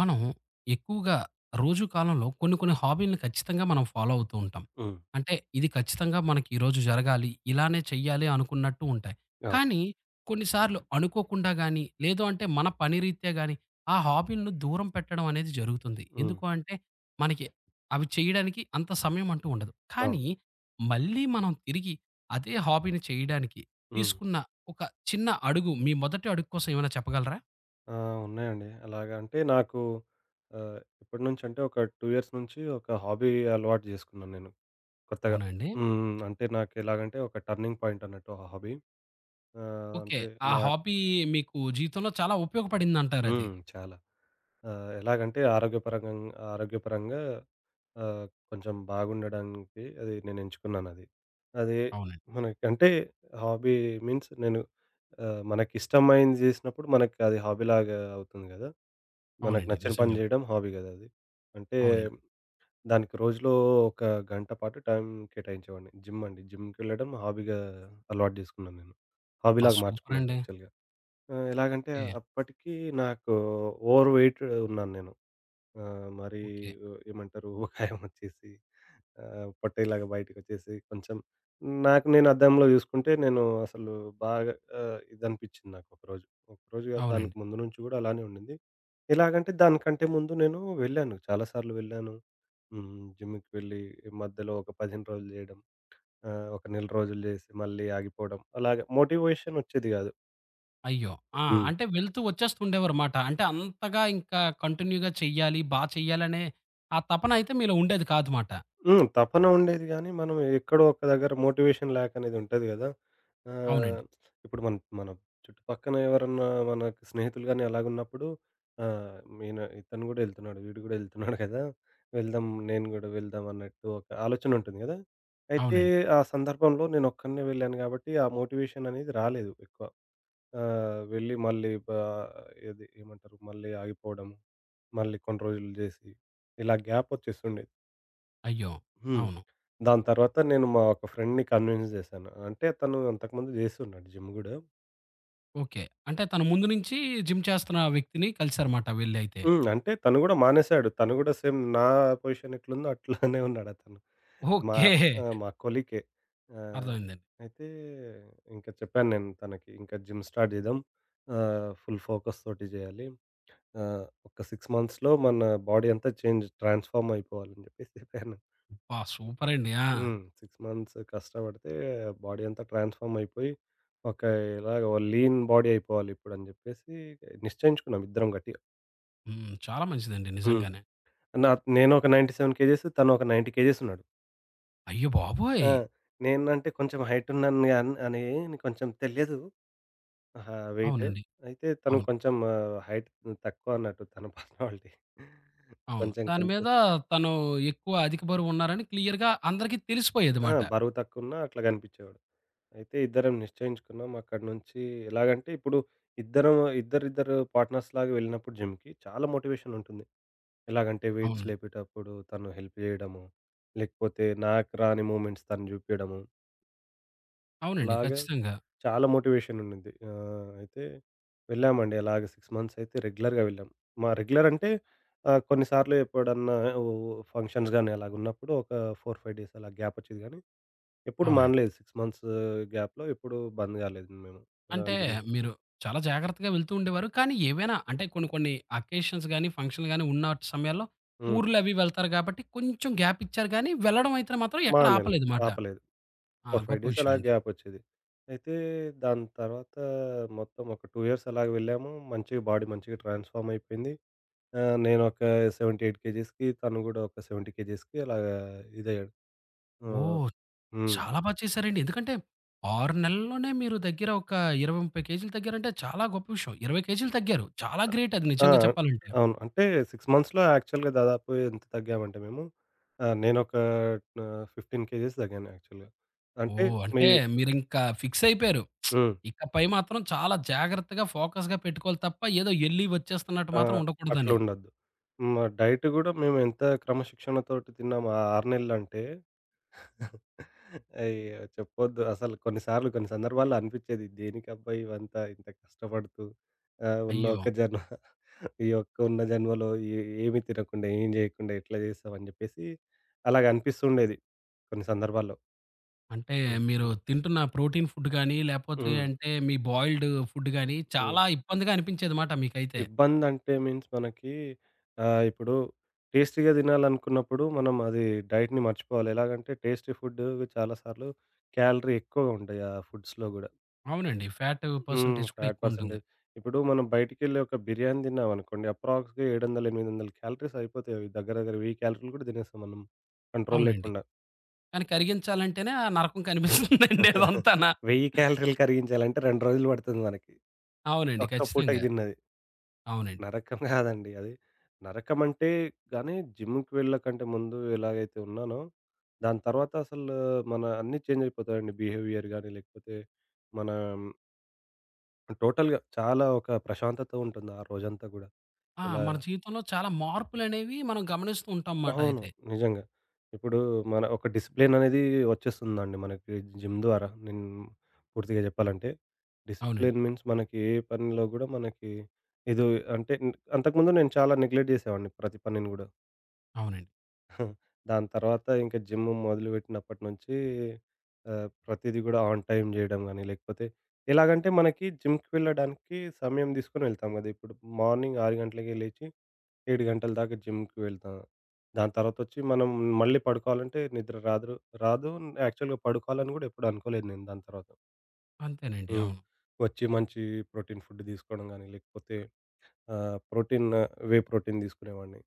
మనం ఎక్కువగా రోజు కాలంలో కొన్ని కొన్ని హాబీలను ఖచ్చితంగా మనం ఫాలో అవుతూ ఉంటాం. హ్మ్. అంటే ఇది ఖచ్చితంగా మనకి ఈరోజు జరగాలి. ఇలానే చెయ్యాలి అనుకున్నట్టు ఉంటాయి. అవును. కానీ కొన్నిసార్లు అనుకోకుండా గాని, లేదు అంటే మన పని రీత్యా గాని ఆ హాబీలను దూరం పెట్టడం అనేది జరుగుతుంది. హ్మ్. ఎందుకు అంటే మనకి అవి చేయడానికి అంత సమయం అంటూ ఉండదు. అవును. కానీ మళ్ళీ మనం తిరిగి అదే హాబీని చేయడానికి హ్మ్. తీసుకున్న ఒక చిన్న అడుగు మీ మొదటి అడుగు కోసం ఏమైనా చెప్పగలరా? ఆ! ఉన్నాయండి. అలాగా అంటే నాకు ఎప్పటినుంచంటే ఒక 2 ఇయర్స్ నుంచి ఒక హాబీ అలవాటు చేసుకున్నాను నేను కొత్తగా. అవునా అండి? హ్మ్. అంటే నాకు ఎలాగంటే ఒక టర్నింగ్ పాయింట్ అన్నట్టు ఆ హాబీ. ఆహ్, ఓకే. అంటే ఆ నా హాబీ మీకు జీవితంలో చాలా ఉపయోగపడిందంటారది. హ్మ్. చాలా. ఎలాగంటే ఆరోగ్యపరంగా ఆహ్, కొంచెం బాగుండడానికి అది నేను ఎంచుకున్నానది. అది అవునండి. మనకంటే హాబీ మీన్స్ మనకిష్టమైంది జేసినప్పుడు మనకి అది హాబీలాగా అవుతుంది గదా! మనకు అవునండి, నచ్చిన పని నిజంగానే. జేయడం హాబీ గదా! అది. అంటే అవునండి. దానికి రోజులో ఒక గంట పాటు టైం కేటాయించేవాడిని. జిమ్ అండి. జిమ్‌కెళ్ళడం హాబీగా అలవాటు జేసుకున్నాను నేను. ఆ, హాబీలాగా మార్చుకున్నాను సూపరండి. యాక్చువల్‌గా. ఆ! ఎలాగంటే ఏ అప్పటికి నాకు ఓవర్ వెయిట్ ఉన్నాను నేను. ఆ! మరీ ఓకే. ఏమంటారు ఊబకాయం వచ్చేసి, పొట్టేలాగా బయటికొచ్చేసి కొంచెం నాకు నేను అద్దంలో చూసుకుంటే నేను అసలు బాగా ఇదనిపించింది నాకు ఒకరోజు. ఒకరోజు కాదు, దానికి అవునండి. ముందు నుంచి కూడా అలానే ఉండింది. ఎలాగంటే దానికంటే ముందు నేను వెళ్ళాను. చాలా సార్లు వెళ్ళాను. హ్మ్. జిమ్‌కి వెళ్ళి మధ్యలో ఒక 15 రోజులు చేయడం, ఒక నెల రోజులు చేసి మళ్ళీ ఆగిపోవడం. అలాగా మోటివేషన్ వచ్చేది కాదు. అయ్యో! ఆ, హ్మ్. అంటే వెళ్తూ వచ్చేస్తూ ఉండేవారుమాట. అంటే అంతగా ఇంకా కంటిన్యూగా చెయ్యాలి, బా చెయ్యాలనే ఆ తపన అయితే మీలో ఉండేది కాదు మాట. హ్మ్. తపన ఉండేది గానీ, మనం ఎక్కడో ఒక దగ్గర మోటివేషన్ ల్యాక్ అనేది ఉంటది గదా! అవును. అవునండి. ఆహ్, ఇప్పుడు మన మన చుట్టుపక్కన ఎవరన్నా మనకు స్నేహితులు గాని అలాగున్నప్పుడు, ఆహ్, ఈయన ఇతను గూడా ఎళ్తున్నాడు, వీడు గూడా ఎళ్తున్నాడు కదా! వెళ్దాం, నేను గూడా వెళ్దాం అన్నట్టు ఒక ఆలోచన ఉంటుంది గదా! అయితే అవునండి. ఆ సందర్భంలో నేనొక్కడినే వెళ్ళాను గాబట్టి, ఆ మోటివేషన్ అనేది రాలేదు ఎక్కువ. ఆహ్, వెళ్ళి మళ్ళీ బ ఏది ఏమంటారు? మళ్ళీ ఆగిపోవడం, మళ్ళీ కొన్ని రోజులు జేసి ఇలా గ్యాప్ ఒచ్చేస్తుండేది. అయ్యో! హ్మ్. అవును. దాని తర్వాత నేను మా ఒక ఫ్రెండ్‌ని కన్విన్స్ చేశాను. అంటే తను అంతకుముందు చేస్తున్నాడు జిమ్ గూడా. ఓకే. అంటే తను ముందు నుంచి జిమ్ చేస్తున్న వ్యక్తిని కలిసారుమాట వెళ్లయితే. హ్మ్. అంటే తను గూడా మానేశాడు. తను గూడా సేమ్ పొజిషన్ ఎట్లుందో అట్లానే ఉన్నాడతను. మా ఓకే. ఆ! మా కొలీకే. ఆహ్, అర్థమైందండి. అయితే ఇంక చెప్పాను నేను తనకి, "ఇంకా జిమ్ స్టార్ట్ చేద్దాం. ఫుల్ ఫోకస్ తోటి చేయాలి. ఒక 6 మంత్స్‌లో మన బాడీ అంతా చేంజ్, ట్రాన్స్‌ఫార్మ్ అయిపోవాలి" అని చెప్పేసి చెప్పాను. అబ్బా, సూపరండి. ఆ! హ్మ్. 6 మంత్స్ కష్టపడితే బాడీ అంతా ట్రాన్స్‌ఫార్మ్ అయిపోయి, ఒక ఇలాగ ఓ లీన్ బాడీ అయిపోవాలి ఇప్పుడని జెప్పేసి నిశ్చయించుకున్నాం ఇద్దరం గట్టిగా. హ్మ్, చాలా మంచిదండి హ్మ్. నిజంగానే. నా నేను ఒక 97 కేజీస్, తను ఒక 90 కేజీస్ ఉన్నాడు. అయ్యబాబోయ్! ఆ! నేనంటే కొంచెం హైట్ ఉన్నాను గాన్ అని కొంచెం తెలియదు. ఆహా! వెయిట్. అవునండి. అయితే తను అవును. కొంచెం హైట్ తక్కువ అన్నట్టు తన పర్సనాలిటీ. అవును. కొంచెం దాని మీద కనిపిస్ తను ఎక్కువ అధిక బరువున్నారని క్లియర్‌గా అందరికీ ఆ! తెలిసిపోయేదిమాట. బరువు తక్కువున్నా అట్లా గనిపిచ్చేవాడు. అయితే ఇద్దరం నిశ్చయించుకున్నాం. అక్కడి నుంచి ఎలాగంటే ఇప్పుడు ఇద్దరం ఇద్దరిద్దరు పార్ట్నర్స్ లాగా వెళ్ళినప్పుడు జిమ్‌కి చాలా మోటివేషన్ ఉంటుంది. ఎలాగంటే వెయిట్స్ అవును. లేపేటప్పుడు తను హెల్ప్ చేయడము, లేకపోతే నాకు రాని మూమెంట్స్ తను జూపియడము, అవునండి, అలాగా ఖచ్చితంగా. చాలా మోటివేషన్ ఉండింది. అయితే వెళ్ళామండి. అలాగే 6 మంత్స్ అయితే రెగ్యులర్‌గా వెళ్ళాం. మా రెగ్యులర్ అంటే కొన్నిసార్లు ఎప్పుడన్నా ఓ ఫంక్షన్స్ గాని అలాగున్నప్పుడు ఒక 4, 5 డేస్ అలా గ్యాప్ ఒచ్చేది గానీ, ఎప్పుడు అవునండి. మానలేదు. 6 మంత్స్ గ్యాప్‌లో ఎప్పుడు బంద్ గాలేదు మేము, అంటే జిమ్‌లో. మీరు చాలా జాగ్రత్తగా వెళ్తూ ఉండేవారు. కానీ ఏవైనా అంటే కొన్ని కొన్ని అకేషన్స్ గాని, ఫంక్షన్‌లు గాని ఉన్న సమయాల్లో హ్మ్. ఊర్లు అవి వెళ్తారు కాబట్టి కొంచెం గ్యాప్ ఇచ్చారు గానీ, వెళ్ళడం అయితే మాత్రం ఎక్కడ మానేలే. ఆపలేదమాట. ఆపలేదు. ఆ, 4, 5 గొప్ప డేస్ విషయం అలా అండి. గ్యాప్ ఒచ్చేది. అయితే దాని తర్వాత మొత్తం ఒక 2 ఇయర్స్ అలాగ వెళ్ళాము. మంచిగా బాడీ మంచిగా ట్రాన్స్‌ఫార్మ్ అయిపోయింది. నేను ఒక 78 కేజీస్‌కి, తను గూడా ఒక 70 కేజీస్‌కి అలాగా ఇదయ్యాడు. ఆహ్, ఓహ్! హ్మ్. చాలా బా చేశారండి. ఎందుకంటే 6 నెలల్లోనే మీరు దగ్గర ఒక 20, 30 కేజీలు తగ్గారంటే చాలా గొప్ప విషయం. 20 కేజీలు తగ్గారు. చాలా గ్రేట్ అది ఆ! నిజంగా చెప్పాలంటే. అవును. అంటే 6 మంత్స్‌లో యాక్చువల్‌గా దాదాపు ఎంత తగ్గామంటే మేము, ఆహ్, నేనొక 15 కేజీస్ తగ్గాను యాక్చువల్‌గా. అంటే ఓహ్! మీ అంటే మీరింకా ఫిక్స్ అయిపోయారు. హ్మ్. ఇకపై మాత్రం చాలా జాగ్రత్తగా ఫోకస్‌గా పెట్టుకోవాలి తప్ప ఏదో ఎళ్లి వచ్చేస్తున్నట్టు ఆ! మాత్రం అట్లా ఉండకూడదని. ఉండొద్దు. హ్మ్. ఆ డైట్ గూడా మేము ఎంత క్రమశిక్షణతోటి తిన్నాము ఆ 6 నెలలంటే! అయ్యో! చెప్పొద్దు అసలు. కొన్నిసార్లు కొన్ని సందర్భాల్లో అనిపిచ్చేది దేనికబ్బా ఇవంతా, ఇంత కష్టపడుతూ, ఆహ్, ఉన్న అయ్యో! ఒక్క జన్మ ఈ ఒక్క ఉన్న జన్మలో ఏ ఏమి తినకుండా, ఏం జేయకుండా ఎట్లా జేస్తామని జెప్పేసి అలాగ అనిపిస్తుండేది కొన్ని సందర్భాల్లో. అంటే హ్మ్. మీరు హ్మ్. తింటున్న ప్రోటీన్ ఫుడ్ గాని, లేపోతే హ్మ్. అంటే మీ బాయిల్డ్ ఫుడ్ గాని హ్మ్. చాలా ఇబ్బందిగా అనిపించేది మాట మీకైతే. ఇబ్బందంటే మీన్స్ మనకి, ఇప్పుడు టేస్టీగా తినాలనుకున్నప్పుడు మనం అది డైట్‌ని మర్చిపోవాలి. ఎలాగంటే టేస్టీ ఫుడ్ చాలా సార్లు క్యాలరీ ఎక్కువగా ఉంటాయి ఆ ఫుడ్స్‌లో గూడా. అవునండి. ఫ్యాట్ హ్మ్. పర్సెంటేజ్ కూడా ఫ్యాట్ ఎక్కువుంటుంది. పర్సెంటేజ్. ఇప్పుడు మనం బయటికెళ్ళి ఒక బిర్యానీ తిన్నామనుకోండి, అప్రాక్స్‌గా 700, 800 క్యాలరీస్ అయిపోతాయి అవి. దగ్గర దగ్గర 1000 క్యాలరీలు కూడా తినేస్తాం మనం కంట్రోల్ అవునండి. లేకుండా. కానీ కరిగించాలంటేనే ఆ నరకం కనిపిస్తుందండి అదంతాన. 1000 క్యాలరీలు కరిగించాలంటే 2 రోజులు పడుతుంది మనకి. అవునండి, ఒక్క పూటకి ఖచ్చితంగా. తిన్నది. అవునండి. నరకం కాదండి అది. నరకమంటే గానీ, జిమ్‌కి వెళ్ళకంటే ముందు ఎలాగైతే ఉన్నానో, దాని తర్వాత అసలు మన అన్నీ చేంజ్ అయిపోతాయండి. బిహేవియర్ గానీ, లేకపోతే మన టోటల్‌గా చాలా ఒక ప్రశాంతత ఉంటుంది ఆ రోజంతా గూడా. ఆ, ఎలా మన జీవితంలో చాలా మార్పులనేవి మనం గమనిస్తూ ఉంటాం మాట అవును. అయితే. నిజంగా. ఇప్పుడు మన ఒక డిసిప్లిన్ అనేది వచ్చేస్తుందండి మనకి జిమ్ ద్వారా, నేను పూర్తిగా చెప్పాలంటే. అవునండి. డిసిప్లిన్ మీన్స్ మనకి ఏ పనిలో గూడా ఇది అంటే, ఇంతకుముందు నేను చాలా నెగ్లెక్ట్ చేసేవాడిని ప్రతి పనిని గూడా. అవునండి. దాని తర్వాత ఇంక జిమ్ మొదలుపెట్టినప్పటి నుంచి ప్రతీది గూడా ఆన్ టైమ్ జేయడం గానీ, లేకపోతే ఎలాగంటే మనకి జిమ్‌కి వెళ్ళడానికి సమయం తీసుకొని వెళ్తాం గదా! ఇప్పుడు మార్నింగ్ 6 గంటలకే లేచి 7 గంటల దాకా జిమ్‌కి వెళ్తాం. దాని తర్వాతొచ్చి మనం మళ్ళీ పడుకోవాలంటే నిద్ర రాదు రాదు. యాక్చువల్‌గా పడుకోవాలని గూడా ఎప్పుడు అనుకోలేదు నేను దాని తర్వాత. అంతేనండి, హ్మ్. అవును. వచ్చి మంచి ప్రోటీన్ ఫుడ్ తీసుకోవడం గానీ, లేకపోతే ఆహ్, ప్రోటీన్ వే ప్రోటీన్ తీసుకునేవాడిని.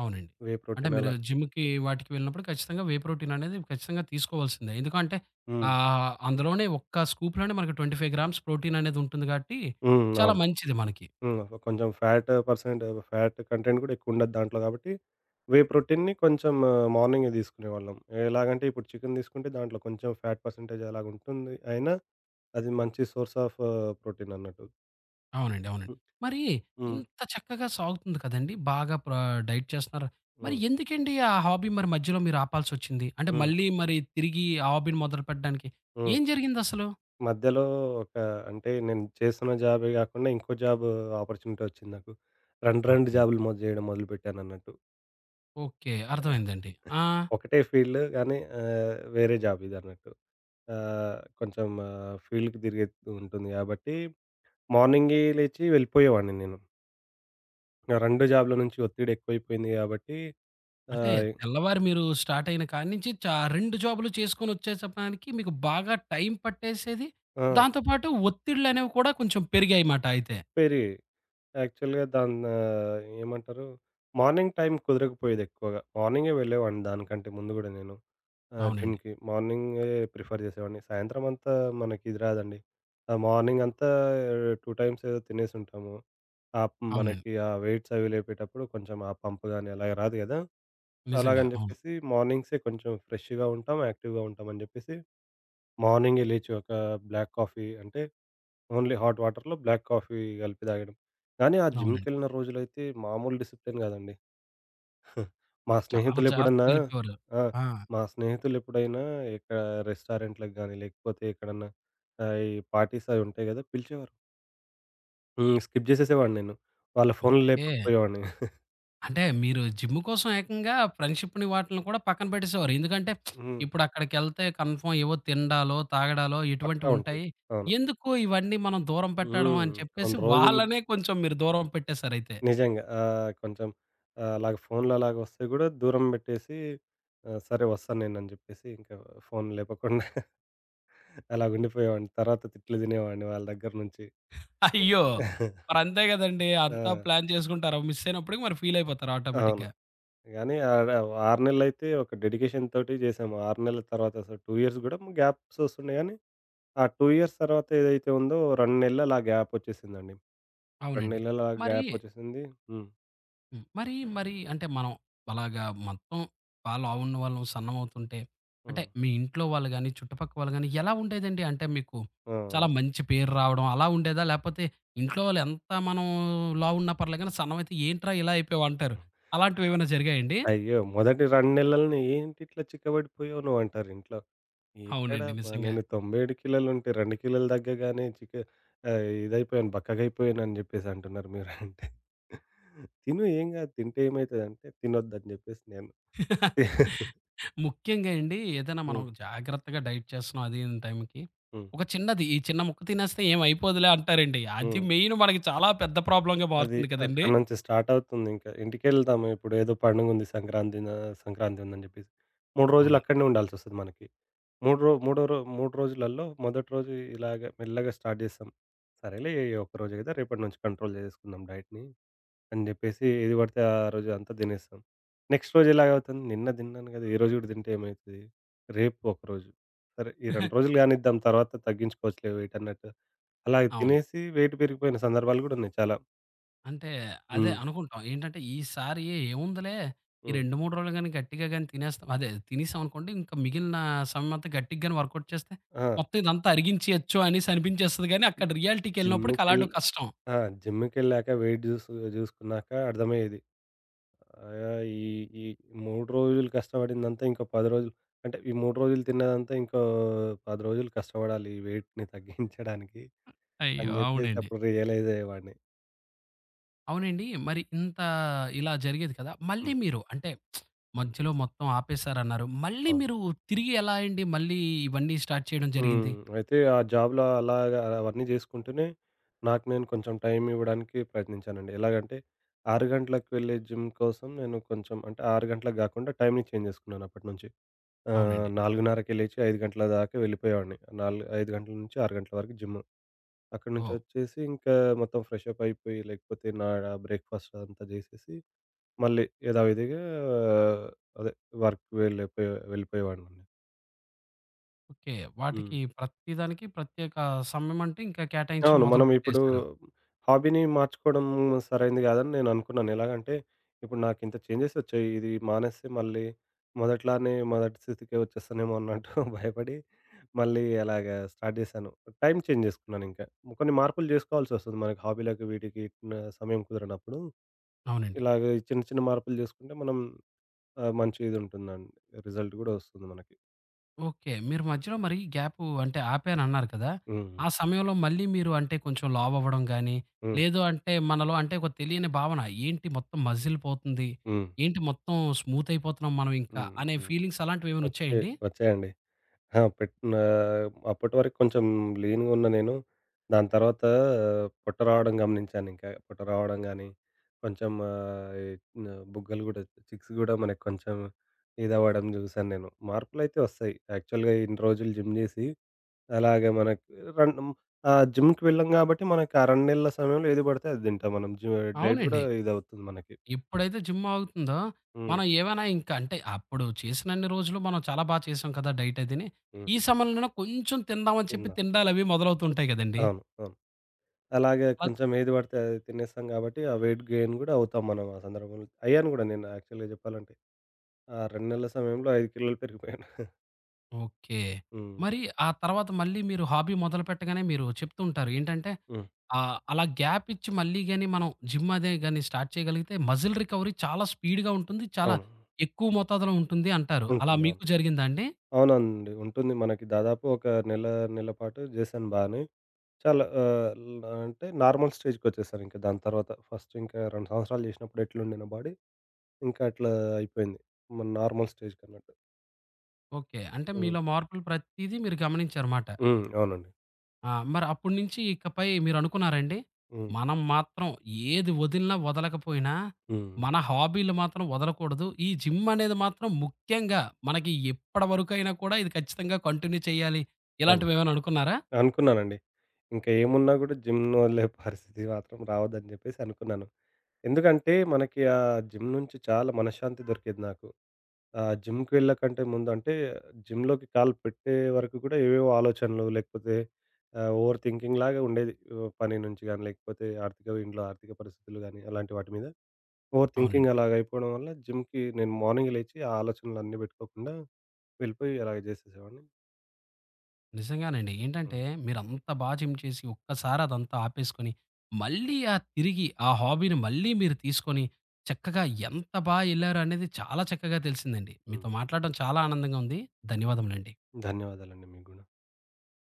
అవునండి. వే అంటే ప్రోటీన్ మీరు అలా జిమ్‌కి వాటికి వెళ్ళినప్పుడు ఖచ్చితంగా వే ప్రోటీన్ అనేది ఖచ్చితంగా తీసుకోవాల్సిందే. ఎందుకంటే హ్మ్. అందులోనే ఒక్క స్కూప్‌లోనే మనకి 25 గ్రామ్స్ ప్రోటీన్ అనేది ఉంటుంది కాబట్టి హ్మ్. చాలా అవును. మంచిది మనకి. హ్మ్. కొంచెం ఫ్యాట్ కంటెంట్ కూడా ఎక్కువుండదు దాంట్లో కాబట్టి, వే ప్రోటీన్‌ని కొంచెం మార్నింగే తీసుకునేవాళ్ళం. ఎలాగంటే ఇప్పుడు చికెన్ తీసుకుంటే దాంట్లో కొంచెం ఫ్యాట్ పర్సెంటేజ్ అలాగుంటుంది. అయినా అది మంచి సోర్స్ ఆఫ్ ప్రోటీన్ అన్నట్టు. అవునండి. అవునండి. హ్మ్. మరి హ్మ్. ఇంత చక్కగా సాగుతుంది కదండీ! బాగా డైట్ చేస్తున్నారు. మరి హ్మ్. ఎందుకండి ఆ హాబీ మరి మధ్యలో మీరు ఆపాల్సొచ్చింది? అంటే హ్మ్. మళ్ళీ మరి తిరిగి ఆ హాబీని మొదలుపెట్టడానికి హ్మ్. ఏం జరిగిందసలు? మధ్యలో ఒక అంటే నేను చేస్తున్న జాబే కాకుండా ఇంకో జాబ్ ఆపర్చునిటీ వచ్చింది నాకు. 2 ఓకేనండి. జాబ్‌లు చేయడం మొదలుపెట్టానన్నట్టు. ఓకే, అర్థమైందండి. ఆ, ఒకటే ఫీల్డ్ కానీ, వేరే జాబ్ ఇదన్నట్టు. ఫీల్డ్‌కి తిరిగేది ఉంటుంది కాబట్టి, మార్నింగే లేచి వెళ్ళిపోయేవాడిని నేను. నా 2 జాబ్‌ల నుంచి ఒత్తిడి ఎక్కువైపోయింది కాబట్టి. అంటే ఆహ్, తెల్లవారి మీరు స్టార్ట్ అయిన కాడ్నుంచి 2 జాబులు చేసుకొనొచ్చేసపానికి మీకు బాగా టైం పట్టేసేది. ఆ! దాంతో పాటు ఒత్తిళ్ళనేవి కూడా కొంచెం పెరిగాయిమాట అయితే. పెరిగాయి. యాక్చువల్‌గా దాన్ని ఏమంటారు, మార్నింగ్ టైం కుదరకపోయేది ఎక్కువగా. మార్నింగే వెళ్ళేవాడిని దానికంటే ముందు గూడా నేను. ఆ! అవునండి. జిమ్‌కి. మార్నింగే ప్రిఫర్ చేసేవాడిని. సాయంత్రం అంతా మనకిది రాదండి. ఆ మార్నింగ్ అంతా 2 టైమ్స్ ఏదో తినేసుంటాము. ఆప్ అవునండి, మనకి ఆ వెయిట్స్ అవి లేపేటప్పుడు కొంచెం ఆ పంప్ గాని అలాగ రాదు గదా! నిజంగా. అలాగని అవును. జెప్పేసి మార్నింగ్సే కొంచెం ఫ్రెష్‌గా ఉంటాం, యాక్టివ్‌గా ఉంటాం అని జెప్పేసి మార్నింగే లేచి ఒక బ్లాక్ కాఫీ, అంటే ఓన్లీ హాట్ వాటర్‌లో బ్లాక్ కాఫీ కలిపి తాగడం. కానీ ఆ అవునండి. జిమ్‌కెళ్ళిన రోజులైతే మామూలు డిసిప్లిన్ గాదండి. మా చాలా స్నేహితులెప్పుడన్నా జాగ్రత్తగెళ్ళిపోయేవారు. ఆ! ఆ! మా స్నేహితులెప్పుడైనా ఇక్కడ రెస్టారెంట్‌లకి గాని, లేకపోతే ఎక్కడన్నా, ఈ పార్టీస్ అవి ఉంటాయి గదా! పిలిచేవారు. హ్మ్. స్కిప్ జేసేసేవాడిని నేను. వాళ్ళ ఫోన్‌లు ఓకే. లేపకపోయేవాడిని. అంటే మీరు జిమ్ కోసం ఏకంగా ఫ్రెండ్‌షిప్‌ని వాటిలిని కూడా పక్కన పెట్టేసేవారు. ఎందుకంటే హ్మ్. ఇప్పుడు అక్కడికెళ్తే కన్ఫర్మ్ ఏవో తినడాలో, తాగడాలో పక్కా ఉంటాయి. ఇటువంటివుంటాయి. అవును. ఎందుకు ఇవన్నీ మనం దూరం పెట్టడం హ్మ్. అని చెప్పేసి కొన్ని రోజులు వాళ్ళనే కొంచెం మీరు దూరం పెట్టేసారయితే. నిజంగా. అలాగ ఫోన్‌లు అలాగ వస్తే గూడా దూరం బెట్టేసి, సరే వస్తాను నేనని జెప్పేసి, ఇంకా ఫోన్ లేపకుండా అలాగుండిపోయేవాడిని. తర్వాత తిట్లు తినేవాడిని వాళ్ళ దగ్గర నుంచి. అయ్యో! మరంతే గదండీ! ఆ! అంతా ప్లాన్ చేసుకుంటారు. మిస్ అయినప్పటికి మరి ఫీల్ అయిపోతారు అవును. ఆటోమేటిక్‌గా. గానీ ఆడ 6 నెలలైతే ఒక డెడికేషన్ తోటి జేసాము. 6 నెలల తర్వాత అసలు 2 ఇయర్స్ గూడా గ్యాప్స్ వస్తుండే గానీ, ఆ 2 ఇయర్స్ తర్వాత ఏదైతే ఉందో 2 నెలలు అలా గ్యాప్ ఒచ్చేసిందండి. 2 అవునండి. నెలలు ఆ మరి గ్యాప్ ఒచ్చేసింది. హ్మ్. హ్మ్. మరి, మరి అంటే మనం అలాగా మొత్తం బా లావున్న వాళ్ళం సన్నమవుతుంటే, అంటే హ్మ్. మీ ఇంట్లో వాళ్ళు గాని, చుట్టుపక్క వాళ్ళు గాని ఎలా ఉండేదండి? అంటే మీకు ఆ! చాలా మంచి పేరు రావడం అలా ఉండేదా? లేపోతే ఇంట్లో వాళ్ళు ఎంత మనం లావున్నా పర్లేదు గాని సన్నమయితే ఏంట్రా ఇలా అయిపోయావు అంటారు. అలాంటివేమైనా జరిగాయండి? అయ్యో! మొదటి 2 నెలలని, "ఏంటి ఇట్లా చిక్కబడిపోయావు నువ్వు" అంటారు ఇంట్లో. ఎక్కడ అవునండి, అబ్బా! నిజంగా. నేను 97 కిలోలు ఉంటే 2 కిలోలు తగ్గగానే ఇదైపోయాను, బక్కగైపోయాను అని జెప్పేసి అంటున్నారు మీరంటే. తిను, ఏం గాదు, తింటే ఏమైతదంటే, తినొద్దని జెప్పేసి నేను. ముఖ్యంగా అండి ఏదైనా మనం హ్మ్. జాగ్రత్తగా డైట్ చేస్తున్నాం అది ఇదని టైంకి హ్మ్. ఒక చిన్నది ఈ చిన్న ముక్క తినేస్తే ఏం అయిపోదులే అంటారండి. అది హ్మ్. మెయిన్ మనకి చాలా పెద్ద ప్రాబ్లమ్‌గా అది మారుతుంది కదండీ! అక్కడి నుంచి స్టార్ట్ అవుతుందింక. ఇంటికెళ్తాము ఇప్పుడు ఏదో పండుగుంది సంక్రాంతి ఉందని జెప్పేసి. 3 రోజులు అవును. అక్కడనే ఉండాల్సొస్తది మనకి. మూడు రో మూడో రో 3 రోజులలో మొదటి రోజు ఇలాగ మెల్లగా స్టార్ట్ జేస్తాం. సరేలే ఒక్కరోజే గదా, రేపటి నుంచి కంట్రోల్ జేసేసుకుందాం డైట్‌ని అని జెప్పేసి ఏది పడితే ఆ రోజు అంతా తినేస్తాం. నెక్స్ట్ రోజు ఎలాగవుతుంది? నిన్న తిన్నాను గదా! ఈ రోజు గూడా తింటే ఏమైతది? రేపు ఒకరోజు. సరే ఈ 2 రోజులు కానిద్దాం, తర్వాత తగ్గించుకోవచ్చులే వెయిట్ అన్నట్టు. అలాగ అవును, తినేసి వెయిట్ పెరిగిపోయిన సందర్భాలు గూడా ఉన్నాయి చాలా. అంటే అదే హ్మ్. అనుకుంటాం. ఏంటంటే ఈసారి ఏముందిలే ఈ హ్మ్. 2, 3 రోజులు గాని గట్టిగా గాని తినేస్తాం అదే తినేసామనుకోండి ఇంకా మిగిలిన సమయం అంతా గట్టిగా గాని వర్కౌట్ చేస్తే ఆ! మొత్తం ఇదంతా అరిగించేయొచ్చు అనేసి అనిపించేస్తది గానీ అక్కడ రియాలిటీకెళ్ళినప్పటికి జిమ్‌కెళ్ అలాంటి కష్టం. ఆ! జిమ్‌కెళ్ళాక వెయిట్ జూసు జూసుకున్నాక అర్థమయ్యేది. ఆహ్, ఈ ఈ 3 రోజులు కష్టపడిందంతా ఇంకో 10 రోజులు, అంటే ఈ 3 రోజులు తిన్నదంతా ఇంకో 10 రోజులు కష్టపడాలి ఈ వెయిట్‌ని తగ్గించడానికి అని అయ్యో! జెప్పేసి అవునండి. అప్పుడు రియలైజ్ అయ్యేవాడిని. అవునండి. మరి ఇంత ఇలా జరిగేది కదా! మళ్ళీ హ్మ్. మీరు అంటే మధ్యలో మొత్తం ఆపేసారన్నారు. మళ్ళీ అవును. మీరు తిరిగి ఎలా అండి మళ్ళీ ఇవన్నీ స్టార్ట్ చేయడం హ్మ్. జరిగింది? అయితే ఆ జాబ్‌లో అలాగా అవన్నీ జేసుకుంటూనే నాకు నేను కొంచెం టైం ఇవ్వడానికి ప్రయత్నించానండి. ఎలాగంటే 6 గంటలకు వెళ్ళే జిమ్ కోసం నేను కొంచెం, అంటే 6 గంటలకు గాకుండా టైంని చేంజ్ జేసుకున్నాను అప్పటినుంచి. అవునండి. 4:30కి లేచి 5 గంటల దాకా వెళ్ళిపోయేవాడిని. 5 గంటల నుంచి 6 గంటల వరకు జిమ్. అక్కడి నుంచి ఓహ్! వచ్చేసి ఇంకా మొత్తం ఫ్రెష్ అప్ అయిపోయి, లేకపోతే నా బ్రేక్‌ఫాస్ట్ అదంతా జేసేసి, మళ్ళీ యథావిధిగా ఆ, అదే వర్క్‌కి వెళ్ళిపోయేవాడినండి. ఓకే. హ్మ్. వాటికి ప్రతి దానికి ప్రత్యేక సమయం అంటే ఇంకా కేటాయించడం అవును. మనం ఇప్పుడు మొదలుపెట్టేసారు. హాబీని మార్చుకోవడం సరైంది కాదని నేను అనుకున్నాను. ఎలాగంటే ఇప్పుడు నాకింత చేంజెస్ వచ్చాయి. ఇది మానేస్తే మళ్ళీ మొదటి స్థితికే వచ్చేస్తానేమో అన్నట్టు భయపడి మళ్ళీ అలాగా స్టార్ట్ చేశాను. టైం చేంజ్ చేసుకున్నానింకా. కొన్ని మార్పులు చేసుకోవాల్సొస్తుంది మనకి హాబీలకి వీటికి, న సమయం కుదరనప్పుడు. అవునండి. ఇలాగ చిన్న చిన్న మార్పులు చేసుకుంటే మనం, మంచి ఇది ఉంటుందండి. రిజల్ట్ కూడా వస్తుంది మనకి. ఓకే. మీరు మధ్యలో మరి గ్యాపు అంటే ఆపానన్నారు కదా! హ్మ్. ఆ సమయంలో మళ్ళీ మీరు అంటే కొంచెం లావ్ అవ్వడం గాని, హ్మ్. లేదు అంటే మనలో అంటే ఒక తెలియని భావన ఏంటి మొత్తం మజిల్ పోతుంది. హ్మ్. ఏంటి మొత్తం స్మూత్ అయిపోతున్నాం మనం ఇంకా హ్మ్. అనే హ్మ్. ఫీలింగ్స్ అలాంటివేమైనా వచ్చాయి. వచ్చాయండి? వచ్చాయండి. ఆ! అప్పటి వరకు కొంచెం లీన్‌గా ఉన్న నేను, దాని తర్వాత పొట్ట రావడం గమనించానింకా. పొట్ట రావడం గానీ, కొంచెం ఆహ్, ఈ న బుగ్గలు గూడా, చిక్స్ గూడా మనకి కొంచెం ఇదవ్వడం జూసాను నేను. మార్పులైతే వస్తాయి. యాక్చువల్‌గా ఇన్ని రోజులు జిమ్ జేసి, అలాగే మనకి రన్ ఆ జిమ్‌కి వెళ్ళాం గాబట్టి, మనకి ఆ 2 నెలల సమయంలో ఏది బడితే అది తింటాం మనం. డైట్ గూడా అవునండి. ఇదవుతుంది మనకి. ఎప్పుడైతే జిమ్ ఆగుతుందో, హ్మ్. మనం ఏవైనా ఇంక అంటే అప్పుడు చేసినన్ని రోజులు మనం చాలా బా చేసాం కదా! డైట్ అదిని. హ్మ్. ఈ సమయంలోనే కొంచెం తిందామని చెప్పి తిన్నా. తిండాలవి మొదలవుతుంటాయి గదండీ! అవును. అవును. అలాగే అలా కొంచెం ఏది పడితే అది తినేస్తాం కాబట్టి, ఆ వెయిట్ గెయిన్ గూడా అవుతాం మనం ఆ సందర్భంలో. అయ్యాను గూడా నేను యాక్చువల్‌గా జెప్పాలంటే. ఆ 2 నెలల సమయంలో 5 కిలోలు పెరిగిపోయాను. ఓకే. హ్మ్. మరి ఆ తర్వాత మళ్ళీ మీరు హాబీ మొదలు పెట్టగానే మీరు చెప్తూ ఉంటారు. ఏంటంటే హ్మ్. అలా గ్యాప్ ఇచ్చి మళ్ళీ గాని మనం జిమ్ అదే గాని స్టార్ట్ చేయగలిగితే మజిల్ రికవరీ చాలా స్పీడ్‌గా ఉంటుంది. చాలా అవును. ఎక్కువ మోతాదులో ఉంటుంది అంటారు. అలా ఉంటుంది. అవును. మీకు జరిగిందా అండి? అవునండి. ఉంటుంది. మనకి దాదాపు ఒక నెల, నెల పాటు జేశాను బానే. చాలా ఆహ్, ల్ అంటే నార్మల్ స్టేజ్‌కొచ్చేసాను ఇంక దాని తర్వాత. ఫస్ట్ ఇంకా 2 సంవత్సరాలు జేసినప్పుడు ఎట్లుండే నా బాడీ, ఇంకా అట్లా అయిపోయింది. మన నార్మల్ స్టేజ్‌కన్నట్టు. ఓకే. అంటే హ్మ్. మీలో మార్పులు ప్రతీదీ మీరు గమనించారుమాట. హ్మ్. అవునండి. ఆ! మరి అప్పటి నుంచి ఇకపై మీరనుకున్నారండి? హ్మ్. మనం మాత్రం ఏది వదిలినా, వదలకపోయినా హ్మ్. మన హాబీలు మాత్రం వదలకూడదు. ఈ జిమ్ అనేది మాత్రం ముఖ్యంగా మనకి ఎప్పటి వరకైనా కూడా ఇది ఖచ్చితంగా కంటిన్యూ చేయాలి. అవును. ఇలాంటివేమైనా అనుకున్నారా? అనుకున్నానండి. ఇంక ఏమున్నా గూడా జిమ్‌ను వదిలే పరిస్థితి మాత్రం రావద్దని జెప్పేసి అనుకున్నాను. ఎందుకంటే, మనకి ఆ జిమ్ నుంచి చాలా మనశ్శాంతి దొరికేది నాకు. ఆ జిమ్‌కి వెళ్ళకంటే ముందు అంటే, జిమ్‌లోకి కాలు పెట్టే వరకు గూడా ఏవేవో ఆలోచనలు, లేకపోతే ఓవర్ థింకింగ్ లాగా ఉండేది. ఓ పని నుంచి గాని, లేకపోతే ఇంట్లో ఆర్థిక పరిస్థితులు గాని, అలాంటి వాటి మీద ఓవర్ థింకింగ్ అవునండి. అలాగ అయిపోవడం వల్ల జిమ్‌కి నేను మార్నింగ్ లేచి ఆ ఆలోచనలన్నీ బెట్టుకోకుండా వెళ్ళిపోయి అలాగ జేసేసేవాడిని. నిజంగానండి. ఏంటంటే హ్మ్. మీరంత బా జిమ్ చేసి ఒక్కసారి అదంతా ఆపేసుకొని, మళ్ళీ ఆ తిరిగి ఆ హాబీని మళ్ళీ మీరు తీసుకొని చక్కగా ఎంత బా ఎళ్లారు అనేది చాలా చక్కగా తెలిసిందండి. హ్మ్. మీతో మాట్లాడడం చాలా ఆనందంగా ఉంది. ధన్యవాదములండి. ధన్యవాదాలండి మీకు గూడా.